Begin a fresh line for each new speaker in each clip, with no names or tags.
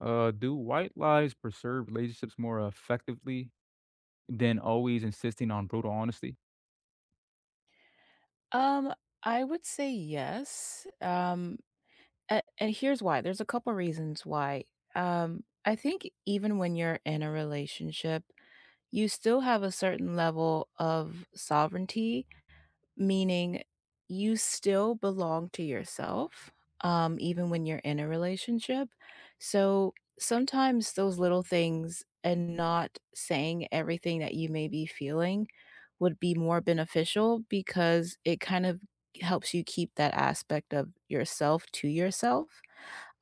Do white lies preserve relationships more effectively than always insisting on brutal honesty?
Um, I would say yes. And here's why. There's a couple reasons why. I think even when you're in a relationship, you still have a certain level of sovereignty meaning you still belong to yourself, even when you're in a relationship. So sometimes those little things and not saying everything that you may be feeling would be more beneficial because it kind of helps you keep that aspect of yourself to yourself.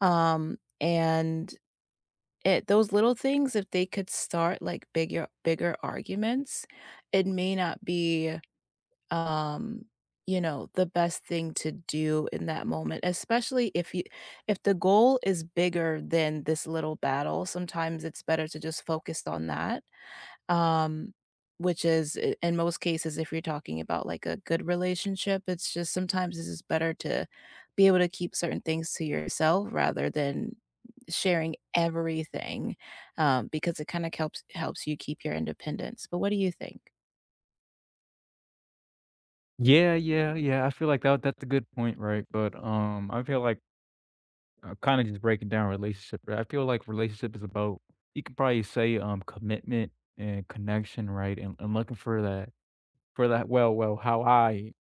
Um, and those little things, if they could start like bigger arguments, it may not be um, the best thing to do in that moment, especially if the goal is bigger than this little battle, sometimes it's better to just focus on that. Um, in most cases, if you're talking about like a good relationship, it's just sometimes it's just better to be able to keep certain things to yourself rather than sharing everything because it kind of helps you keep your independence. But what do you think?
Yeah, yeah, yeah. I feel like that's a good point, right? But I feel like kind of just breaking down relationship, right? I feel like relationship is about you could probably say commitment and connection, right? And looking for that for that. Well, how I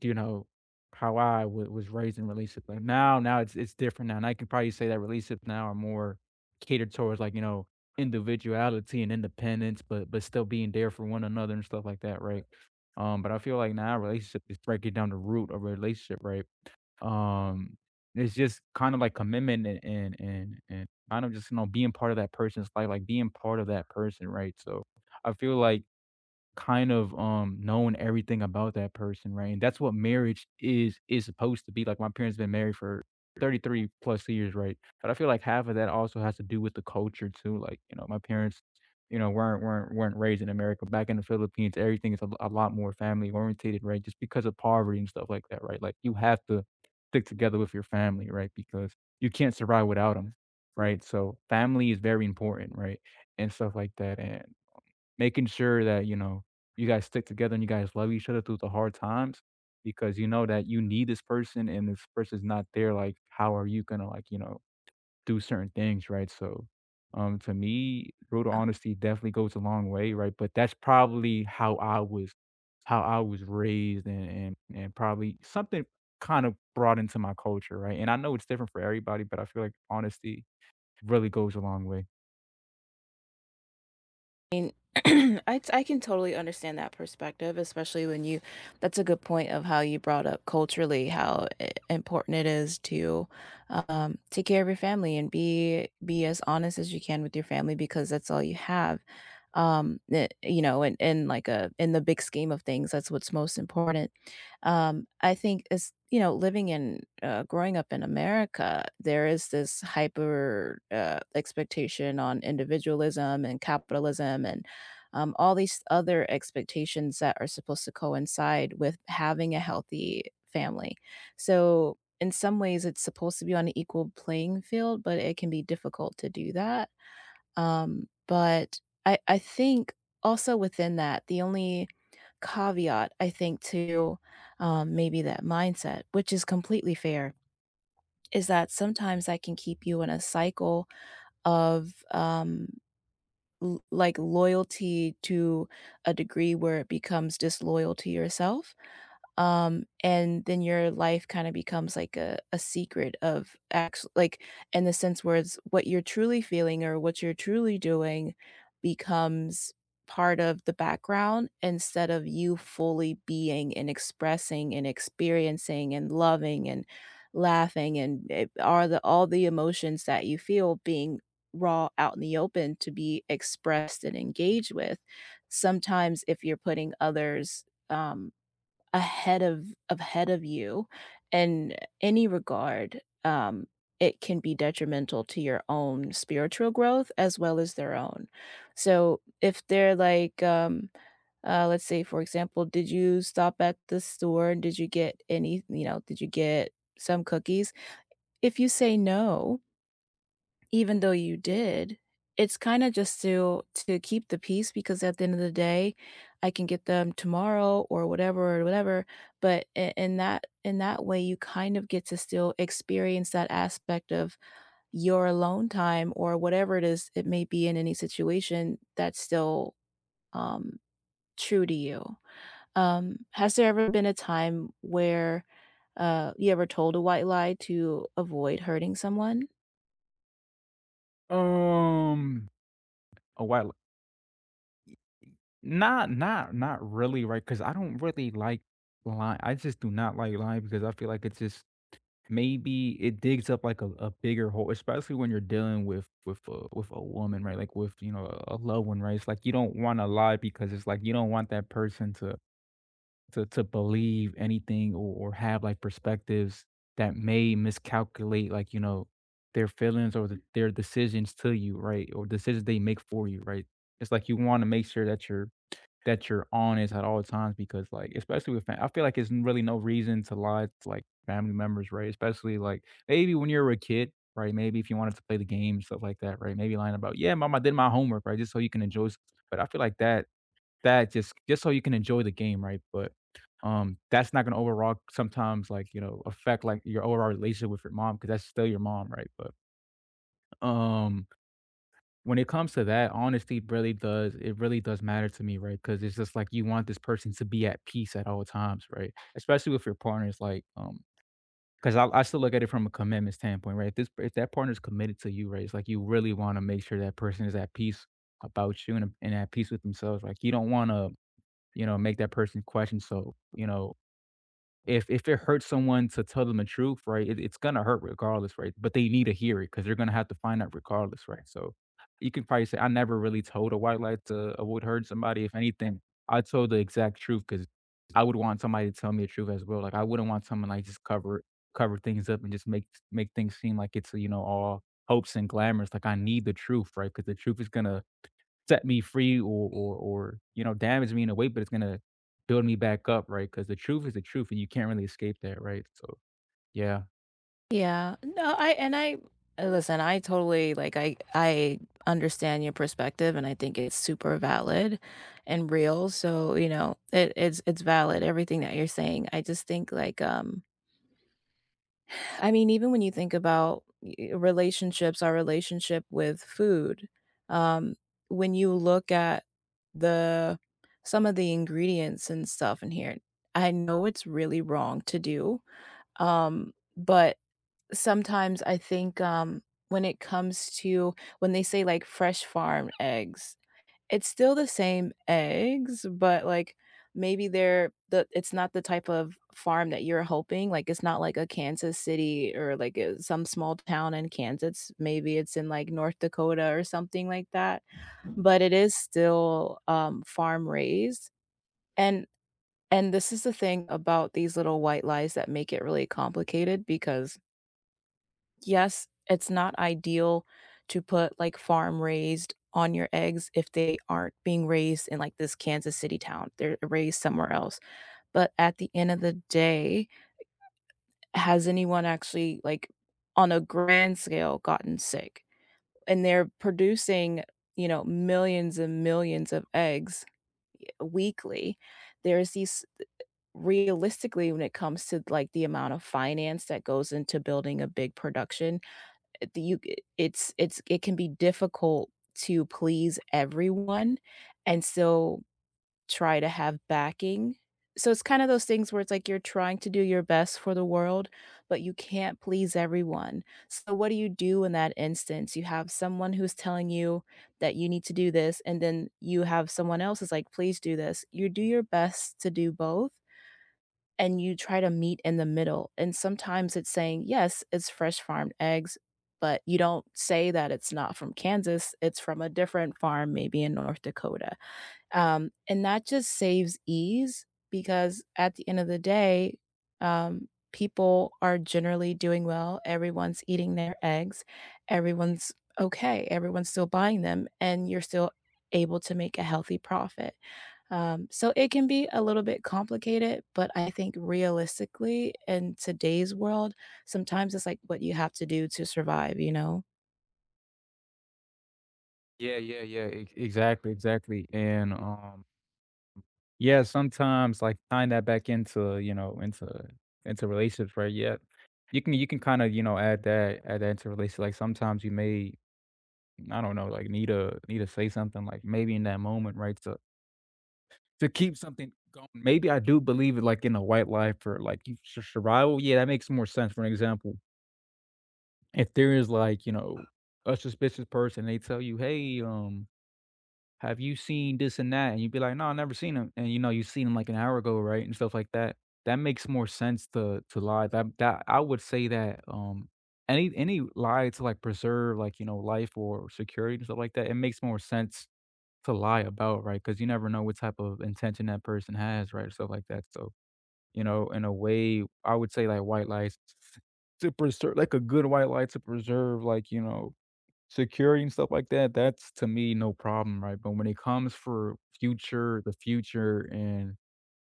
you know, how was raised in relationships, like, now it's different now, and I could probably say that relationships now are more catered towards, like, you know, individuality and independence, but still being there for one another and stuff like that, right? But I feel like now relationship is breaking down the root of a relationship, right? Um, it's just kind of like commitment and kind of just, you know, being part of that person's life, like, being part of that person, right? So, I feel like kind of, knowing everything about that person, right? And that's what marriage is supposed to be, like, my parents been married for 33 plus years, right? But I feel like half of that also has to do with the culture too, like, you know, my parents, you know, weren't raised in America. Back in the Philippines, everything is a lot more family orientated, right? Just because of poverty and stuff like that, right? Like, you have to stick together with your family, right? Because you can't survive without them, right? So, family is very important, right? And stuff like that, and making sure that, you know, you guys stick together and you guys love each other through the hard times because you know that you need this person and this person's not there, like, how are you gonna, like, you know, do certain things, right? So, to me, brutal honesty definitely goes a long way, right? But that's probably how I was raised and probably something kind of brought into my culture, right? And I know it's different for everybody, but I feel like honesty really goes a long way.
Mean, I can totally understand that perspective, especially when you that's a good point of how you brought up culturally how important it is to take care of your family and be as honest as you can with your family because that's all you have. You know, and in like a in the big scheme of things, that's what's most important. I think as you know, living in growing up in America, there is this hyper expectation on individualism and capitalism and all these other expectations that are supposed to coincide with having a healthy family. So, in some ways, it's supposed to be on an equal playing field, but it can be difficult to do that but I think also within that, the only caveat I think to, maybe that mindset, which is completely fair, is that sometimes that can keep you in a cycle of, l like, loyalty to a degree where it becomes disloyal to yourself and then your life kind of becomes like a secret of act like in the sense where it's what you're truly feeling or what you're truly doing becomes part of the background instead of you fully being and expressing and experiencing and loving and laughing and it, are the all the emotions that you feel being raw out in the open to be expressed and engaged with sometimes if you're putting others um ahead of you in any regard, it can be detrimental to your own spiritual growth as well as their own. So if they're like, let's say, for example, did you stop at the store and did you get any, you know, did you get some cookies? If you say no, even though you did, it's kind of just to keep the peace because at the end of the day, I can get them tomorrow or whatever or whatever. But in that way, you kind of get to still experience that aspect of your alone time or whatever it is it may be in any situation that's still um, true to you. Has there ever been a time where you ever told a white lie to avoid hurting someone?
Um, a white not really, right? Because I don't really like lying. I just do not like lying because I feel like it's just maybe it digs up like a bigger hole, especially when you're dealing with with a woman, right? Like with you know a loved one, right? It's like you don't want to lie because it's like you don't want that person to to believe anything or have like perspectives that may miscalculate like you know their feelings their decisions to you, right? Or decisions they make for you, right? It's like you want to make sure that you're honest at all times because, like, especially with fa I feel like it's really no reason to lie to, like, family members, right? Especially, like, maybe when you were a kid, right? Maybe if you wanted to play the game, stuff like that, right? Maybe lying about, "Yeah, mom, I did my homework," right? Just so you can enjoy s but I feel like that that just so you can enjoy the game, right? But, that's not gonna overall sometimes, like, you know, affect, like, your overall relationship with your mom because that's still your mom, right? But, um when it comes to that, honesty really does it really does matter to me, right? Because it's just like you want this person to be at peace at all times, right? Especially with your partners, like, 'cause I still look at it from a commitment standpoint, right? If This if that partner's committed to you, right, it's like you really wanna make sure that person is at peace about you and at peace with themselves. Like, you don't wanna, you know, make that person question so, you know if it hurts someone to tell them the truth, right, it's gonna hurt regardless, right? But they need to hear it because they 'cause they're gonna have to find out regardless, right? So, you can probably say, "I never really told a white lie to avoid hurting somebody." If anything, I told the exact truth because I would want somebody to tell me the truth as well. Like, I wouldn't want someone, like, just cover things up and just make things seem like it's, you know, all hopes and glamours. Like, I need the truth, right? Because the truth is gonna set me free or you know, damage me in a way, but it's gonna build me back up, right? Because the truth is the truth, and you can't really escape that, right? So, yeah.
Yeah. No, I and I Listen, I totally like I understand your perspective and I think it's super valid and real. So, you know, it's valid everything that you're saying. I just think like I mean, even when you think about relationships, our relationship with food, um when you look at the some of the ingredients and stuff in here, I know it's really wrong to do. But sometimes I think, when it comes to when they say, like, fresh farm eggs, it's still the same eggs, but, like, maybe they're the it's not the type of farm that you're hoping, like, it's not like a Kansas City or, like, some small town in Kansas, maybe it's in, like, North Dakota or something like that, but it is still, farm raised, and and this is the thing about these little white lies that make it really complicated because yes, it's not ideal to put, like, farm raised on your eggs if they aren't being raised in, like, this Kansas City town, they're raised somewhere else, but at the end of the day, has anyone actually, like, on a grand scale gotten sick? And they're producing, you know, millions and millions of eggs weekly. There's these Realistically, when it comes to, like, the amount of finance that goes into building a big production the you it's it can be difficult to please everyone and still try to have backing. So it's kind of those things where it's like you're trying to do your best for the world, but you can't please everyone. So what do you do in that instance? You have someone who's telling you that you need to do this, and then you have someone else is like, "Please do this." You do your best to do both, and you try to meet in the middle. And sometimes it's saying, yes, it's fresh farmed eggs, but you don't say that it's not from Kansas. It's from a different farm, maybe in North Dakota. And that just saves ease because at the end of the day, people are generally doing well. Everyone's eating their eggs. Everyone's okay. Everyone's still buying them, and you're still able to make a healthy profit. So it can be a little bit complicated, but I think realistically in today's world, sometimes it's like what you have to do to survive, you know?
Yeah, yeah, yeah, ex exactly, exactly, and, yeah, sometimes, like, tying that back into, you know, into relationships, right? Yeah. You can kinda, you know, add that into relationships, like, sometimes you may, I don't know, like, need to say something, like, maybe in that moment, right, to keep something going. Maybe I do believe it, like, in a white life or, like, you sur survival, yeah, that makes more sense. For an example, if there is, like, you know, a suspicious person, they tell you, "Hey, have you seen this and that?" And you'd be like, "No, I never seen him." And, you know, you seen him, like, an hour ago, right, and stuff like that. That makes more sense to lie. That I would say that, any lie to, like, preserve, like, you know, life or security and stuff like that, it makes more sense to lie about, right? Because you never know what type of intention that person has, right? Stuff like that. So, you know, in a way, I would say like white lies to preserve, like a good white lie to preserve, like, you know, security and stuff like that. That's to me no problem, right? But when it comes for future, the future and,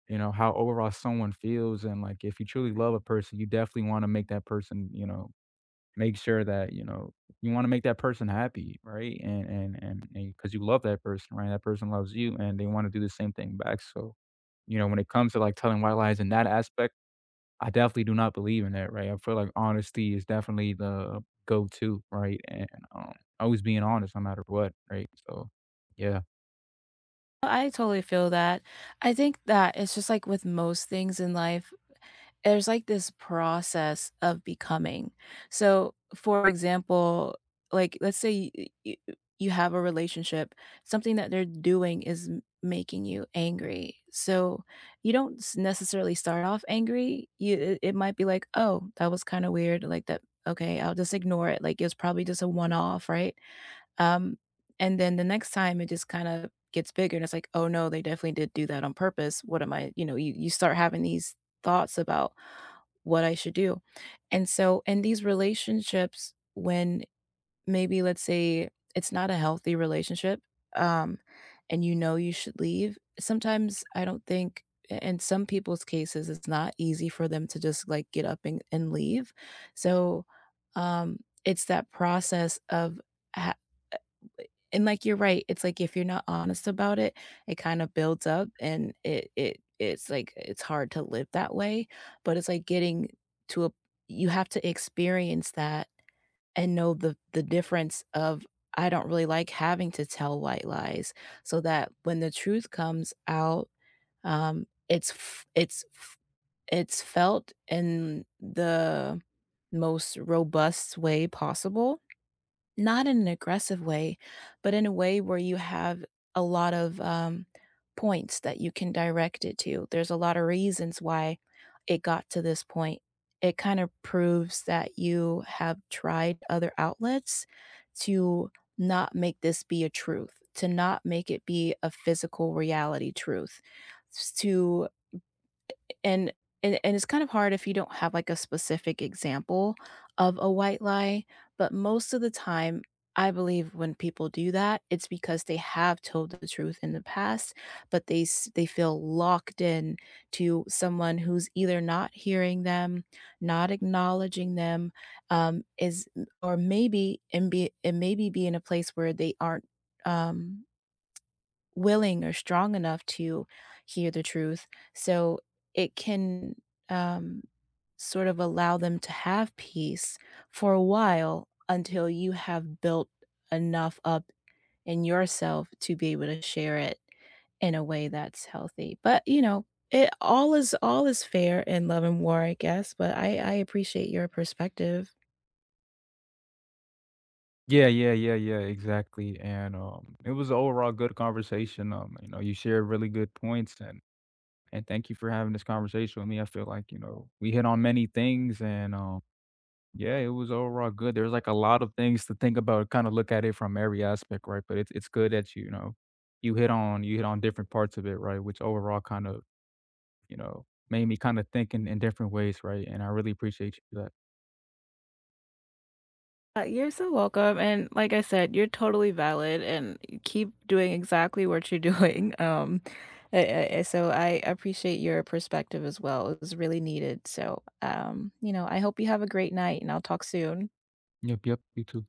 you know, how overall someone feels and like if you truly love a person, you definitely want to make that person, you know, make sure that, you know, you wanna make that person happy, right? And because you love that person, right? That person loves you, and they wanna do the same thing back, so, you know, when it comes to, like, telling white lies in that aspect, I definitely do not believe in that, right? I feel like honesty is definitely the go-to, right? And, um, always being honest no matter what, right? So, yeah.
I totally feel that. I think that it's just like with most things in life, there's like this process of becoming. So, for example, like let's say y- you have a relationship, something that they're doing is making you angry. So, you don't necessarily start off angry. It might be like, "Oh, that was kind of weird." Like that, okay, I'll just ignore it. Like it was probably just a one-off, right? Um and then the next time it just kind of gets bigger and it's like, "Oh no, they definitely did do that on purpose. What am I, you know, you start having these thoughts about what I should do. And so in these relationships, when maybe let's say it's not a healthy relationship, um, and you know you should leave, sometimes I don't think in some people's cases it's not easy for them to just like get up and leave. So um it's that process of ha- and, like, you're right, it's like if you're not honest about it, it kinda builds up and it's like it's hard to live that way, but it's like getting to a you have to experience that and know the difference of, "I don't really like having to tell white lies," so that when the truth comes out, it's f it's felt in the most robust way possible, not in an aggressive way, but in a way where you have a lot of, points that you can direct it to. There's a lot of reasons why it got to this point. It kind of proves that you have tried other outlets to not make this be a truth, to not make it be a physical reality truth, to and and it's kind of hard if you don't have like a specific example of a white lie, but most of the time I believe when people do that, it's because they have told the truth in the past, but they they feel locked in to someone who's either not hearing them, not acknowledging them, is or maybe and be and maybe be in a place where they aren't um willing or strong enough to hear the truth. So it can um, sort of allow them to have peace for a while until you have built enough up in yourself to be able to share it in a way that's healthy. But you know, it all is fair in love and war, I guess. But I appreciate your perspective.
Yeah, yeah, yeah, yeah, exactly, and, it was a overall good conversation, you know, you shared really good points and thank you for having this conversation with me. I feel like, you know, we hit on many things and yeah, it was overall good. There's like a lot of things to think about, kind of look at it from every aspect, right? But it's good that you know, you hit on different parts of it, right? Which overall kind of, you know, made me kind of think in different ways, right? And I really appreciate you for that.
You're so welcome. And like I said, you're totally valid and keep doing exactly what you're doing. I appreciate your perspective as well. It was really needed. So, you know, I hope you have a great night and I'll talk soon.
Yep, yep, you too.